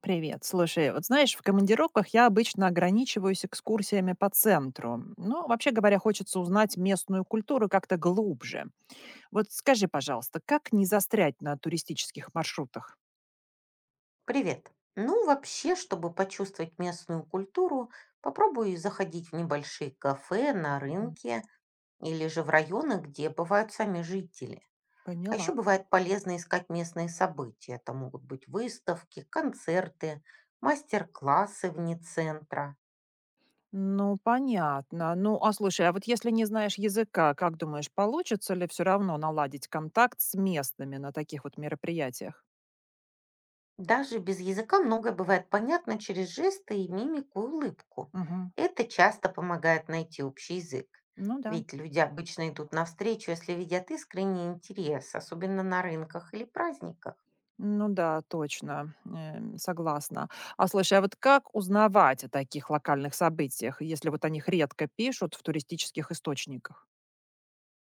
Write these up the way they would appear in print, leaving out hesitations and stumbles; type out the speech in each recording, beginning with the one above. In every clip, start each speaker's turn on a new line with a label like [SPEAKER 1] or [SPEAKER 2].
[SPEAKER 1] Привет. Слушай, вот знаешь, в командировках я обычно ограничиваюсь экскурсиями по центру. Ну, вообще говоря, хочется узнать местную культуру как-то глубже. Вот скажи, пожалуйста, как не застрять на туристических маршрутах?
[SPEAKER 2] Привет. Ну, вообще, чтобы почувствовать местную культуру, попробуй заходить в небольшие кафе, на
[SPEAKER 1] Мгм.
[SPEAKER 2] рынке или же в районы, где бывают сами жители. А
[SPEAKER 1] Поняла.
[SPEAKER 2] еще бывает полезно искать местные события. Это могут быть выставки, концерты, мастер-классы вне центра.
[SPEAKER 1] Ну, понятно. Ну, а слушай, а вот если не знаешь языка, как думаешь, получится ли все равно наладить контакт с местными на таких вот мероприятиях?
[SPEAKER 2] Даже без языка многое бывает понятно через жесты и мимику и улыбку.
[SPEAKER 1] Мгм.
[SPEAKER 2] Это часто помогает найти общий язык.
[SPEAKER 1] Ну да.
[SPEAKER 2] Ведь люди обычно идут навстречу, если видят искренний интерес, особенно на рынках или праздниках.
[SPEAKER 1] Ну да, точно, согласна. А слушай, а вот как узнавать о таких локальных событиях, если вот о них редко пишут в туристических источниках?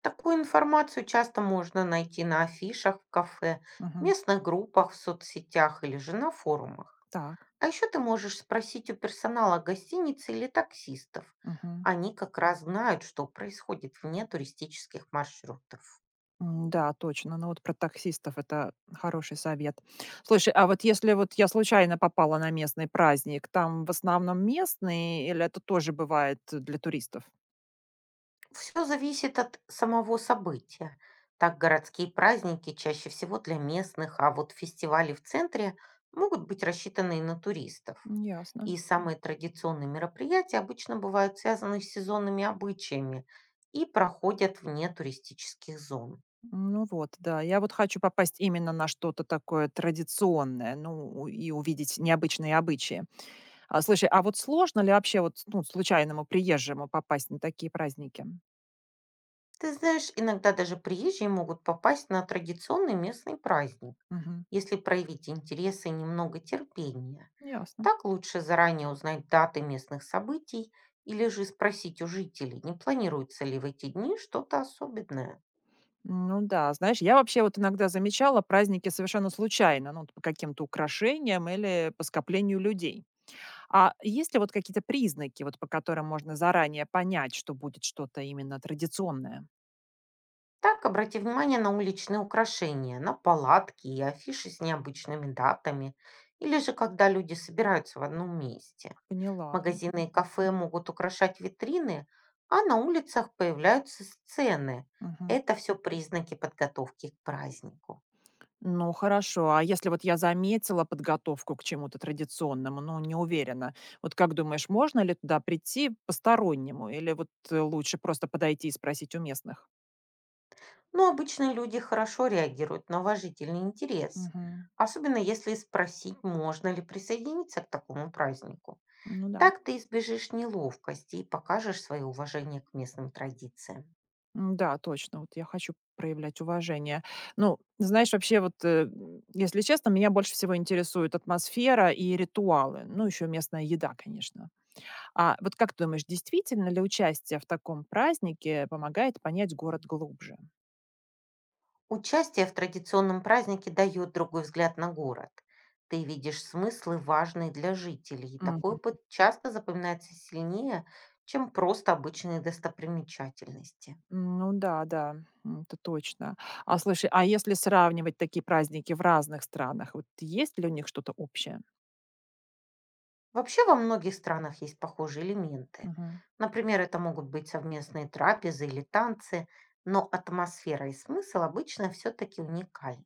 [SPEAKER 2] Такую информацию часто можно найти на афишах в кафе,
[SPEAKER 1] Мгм.
[SPEAKER 2] местных группах в соцсетях или же на форумах.
[SPEAKER 1] Так.
[SPEAKER 2] А еще ты можешь спросить у персонала гостиницы или таксистов.
[SPEAKER 1] Мгм.
[SPEAKER 2] Они как раз знают, что происходит вне туристических маршрутов.
[SPEAKER 1] Да, точно. Ну вот про таксистов это хороший совет. Слушай, а вот если вот я случайно попала на местный праздник, там в основном местные или это тоже бывает для туристов?
[SPEAKER 2] Все зависит от самого события. Так городские праздники чаще всего для местных, а вот фестивали в центре могут быть рассчитаны и на туристов.
[SPEAKER 1] Ясно.
[SPEAKER 2] И самые традиционные мероприятия обычно бывают связаны с сезонными обычаями и проходят вне туристических зон.
[SPEAKER 1] Ну вот, да. Я вот хочу попасть именно на что-то такое традиционное, ну, и увидеть необычные обычаи. А, слушай, а вот сложно ли вообще вот, ну, случайному приезжему попасть на такие праздники?
[SPEAKER 2] Ты знаешь, иногда даже приезжие могут попасть на традиционный местный праздник,
[SPEAKER 1] Мгм.
[SPEAKER 2] если проявить интерес и немного терпения.
[SPEAKER 1] Ясно.
[SPEAKER 2] Так лучше заранее узнать даты местных событий или же спросить у жителей, не планируется ли в эти дни что-то особенное.
[SPEAKER 1] Ну да, знаешь, я вообще вот иногда замечала праздники совершенно случайно, ну, вот по каким-то украшениям или по скоплению людей. А есть ли вот какие-то признаки, вот по которым можно заранее понять, что будет что-то именно традиционное?
[SPEAKER 2] Так, обрати внимание на уличные украшения, на палатки и афиши с необычными датами, или же когда люди собираются в одном месте.
[SPEAKER 1] Поняла.
[SPEAKER 2] Магазины и кафе могут украшать витрины, а на улицах появляются сцены.
[SPEAKER 1] Мгм.
[SPEAKER 2] Это все признаки подготовки к празднику.
[SPEAKER 1] Ну, хорошо. А если вот я заметила подготовку к чему-то традиционному, но не уверена, вот как думаешь, можно ли туда прийти постороннему или лучше просто подойти и спросить у местных?
[SPEAKER 2] Но обычно люди хорошо реагируют на уважительный интерес,
[SPEAKER 1] Мгм.
[SPEAKER 2] особенно если спросить, можно ли присоединиться к такому празднику.
[SPEAKER 1] Ну да.
[SPEAKER 2] Так ты избежишь неловкости и покажешь свое уважение к местным традициям.
[SPEAKER 1] Да, точно. Вот я хочу проявлять уважение. Ну, знаешь, вообще вот, если честно, меня больше всего интересует атмосфера и ритуалы. Ну, еще местная еда, конечно. А вот как ты думаешь, действительно ли участие в таком празднике помогает понять город глубже?
[SPEAKER 2] Участие в традиционном празднике дает другой взгляд на город. Ты видишь смыслы, важные для жителей, и такой опыт часто запоминается сильнее, чем просто обычные достопримечательности.
[SPEAKER 1] Ну да, да, это точно. А слушай, а если сравнивать такие праздники в разных странах, вот есть ли у них что-то общее?
[SPEAKER 2] Вообще во многих странах есть похожие элементы.
[SPEAKER 1] Мгм.
[SPEAKER 2] Например, это могут быть совместные трапезы или танцы, но атмосфера и смысл обычно все-таки уникальны.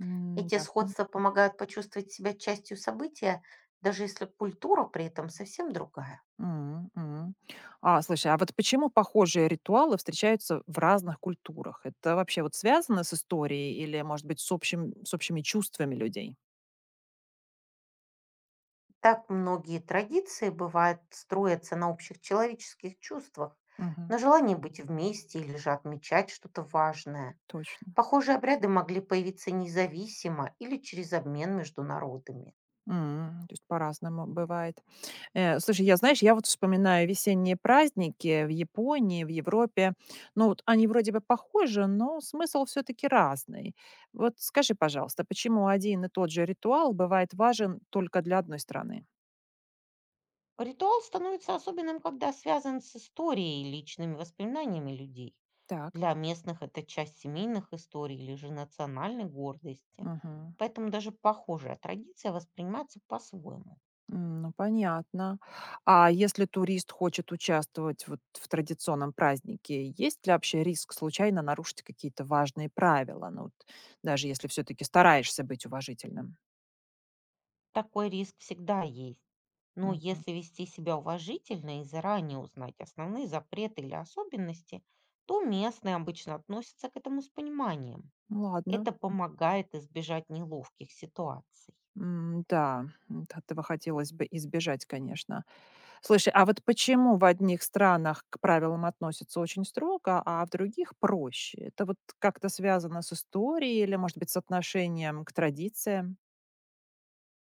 [SPEAKER 1] М,
[SPEAKER 2] Эти
[SPEAKER 1] Ясно.
[SPEAKER 2] сходства помогают почувствовать себя частью события, даже если культура при этом совсем другая.
[SPEAKER 1] М, м. А, слушай, а вот почему похожие ритуалы встречаются в разных культурах? Это вообще вот связано с историей или, может быть, с общими чувствами людей?
[SPEAKER 2] Так многие традиции бывают строятся на общих человеческих чувствах,
[SPEAKER 1] Мгм.
[SPEAKER 2] на желании быть вместе или же отмечать что-то важное.
[SPEAKER 1] Точно.
[SPEAKER 2] Похожие обряды могли появиться независимо или через обмен между народами.
[SPEAKER 1] То есть по-разному бывает. Слушай, я, знаешь, я вот вспоминаю весенние праздники в Японии, в Европе. Ну, вот они вроде бы похожи, но смысл все-таки разный. Вот скажи, пожалуйста, почему один и тот же ритуал бывает важен только для одной страны?
[SPEAKER 2] Ритуал становится особенным, когда связан с историей и личными воспоминаниями людей.
[SPEAKER 1] Так.
[SPEAKER 2] Для местных это часть семейных историй или же национальной гордости.
[SPEAKER 1] Мгм.
[SPEAKER 2] Поэтому даже похожая традиция воспринимается по-своему.
[SPEAKER 1] Ну, понятно. А если турист хочет участвовать вот в традиционном празднике, есть ли вообще риск случайно нарушить какие-то важные правила? Ну, вот, даже если все-таки стараешься быть уважительным.
[SPEAKER 2] Такой риск всегда есть. Но
[SPEAKER 1] Мгм.
[SPEAKER 2] если вести себя уважительно и заранее узнать основные запреты или особенности, то местные обычно относятся к этому с пониманием.
[SPEAKER 1] Ну, ладно.
[SPEAKER 2] Это помогает избежать неловких ситуаций.
[SPEAKER 1] М, да, м, т этого хотелось бы избежать, конечно. Слушай, а вот почему в одних странах к правилам относятся очень строго, а в других проще? Это вот как-то связано с историей или, может быть, с отношением к традициям?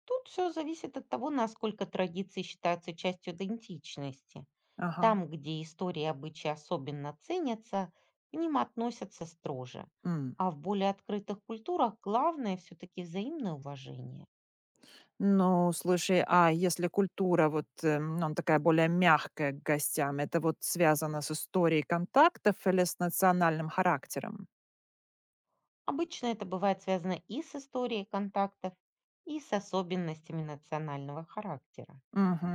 [SPEAKER 2] Тут все зависит от того, насколько традиции считаются частью идентичности.
[SPEAKER 1] Ага.
[SPEAKER 2] Там, где истории и обычаи особенно ценятся, к ним относятся строже.
[SPEAKER 1] М.
[SPEAKER 2] А в более открытых культурах главное все-таки взаимное уважение.
[SPEAKER 1] Ну, слушай, а если культура вот, ну, она такая более мягкая к гостям, это вот связано с историей контактов или с национальным характером?
[SPEAKER 2] Обычно это бывает связано и с историей контактов, и с особенностями национального характера.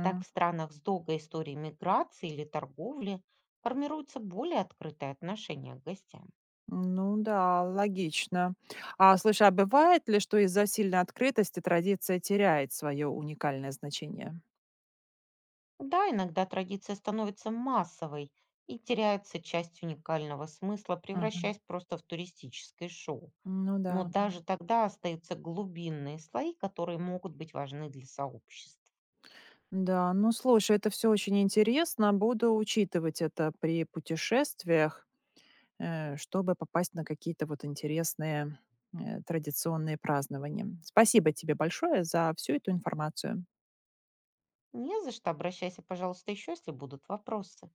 [SPEAKER 2] Так в странах с долгой историей миграции или торговли формируется более открытое отношение к гостям.
[SPEAKER 1] Ну да, логично. А слушай, а бывает ли, что из-за сильной открытости традиция теряет свое уникальное значение?
[SPEAKER 2] Да, иногда традиция становится массовой и теряется часть уникального смысла,
[SPEAKER 1] Мгм.
[SPEAKER 2] превращаясь просто в туристическое шоу.
[SPEAKER 1] Ну
[SPEAKER 2] Но
[SPEAKER 1] да,
[SPEAKER 2] даже тогда остаются глубинные слои, которые могут быть важны для сообществ.
[SPEAKER 1] да. Ну слушай, это все очень интересно. Буду учитывать это при путешествиях, чтобы попасть на какие-то вот интересные традиционные празднования. Спасибо тебе большое за всю эту информацию.
[SPEAKER 2] Не за что, обращайся, пожалуйста, еще, если будут вопросы.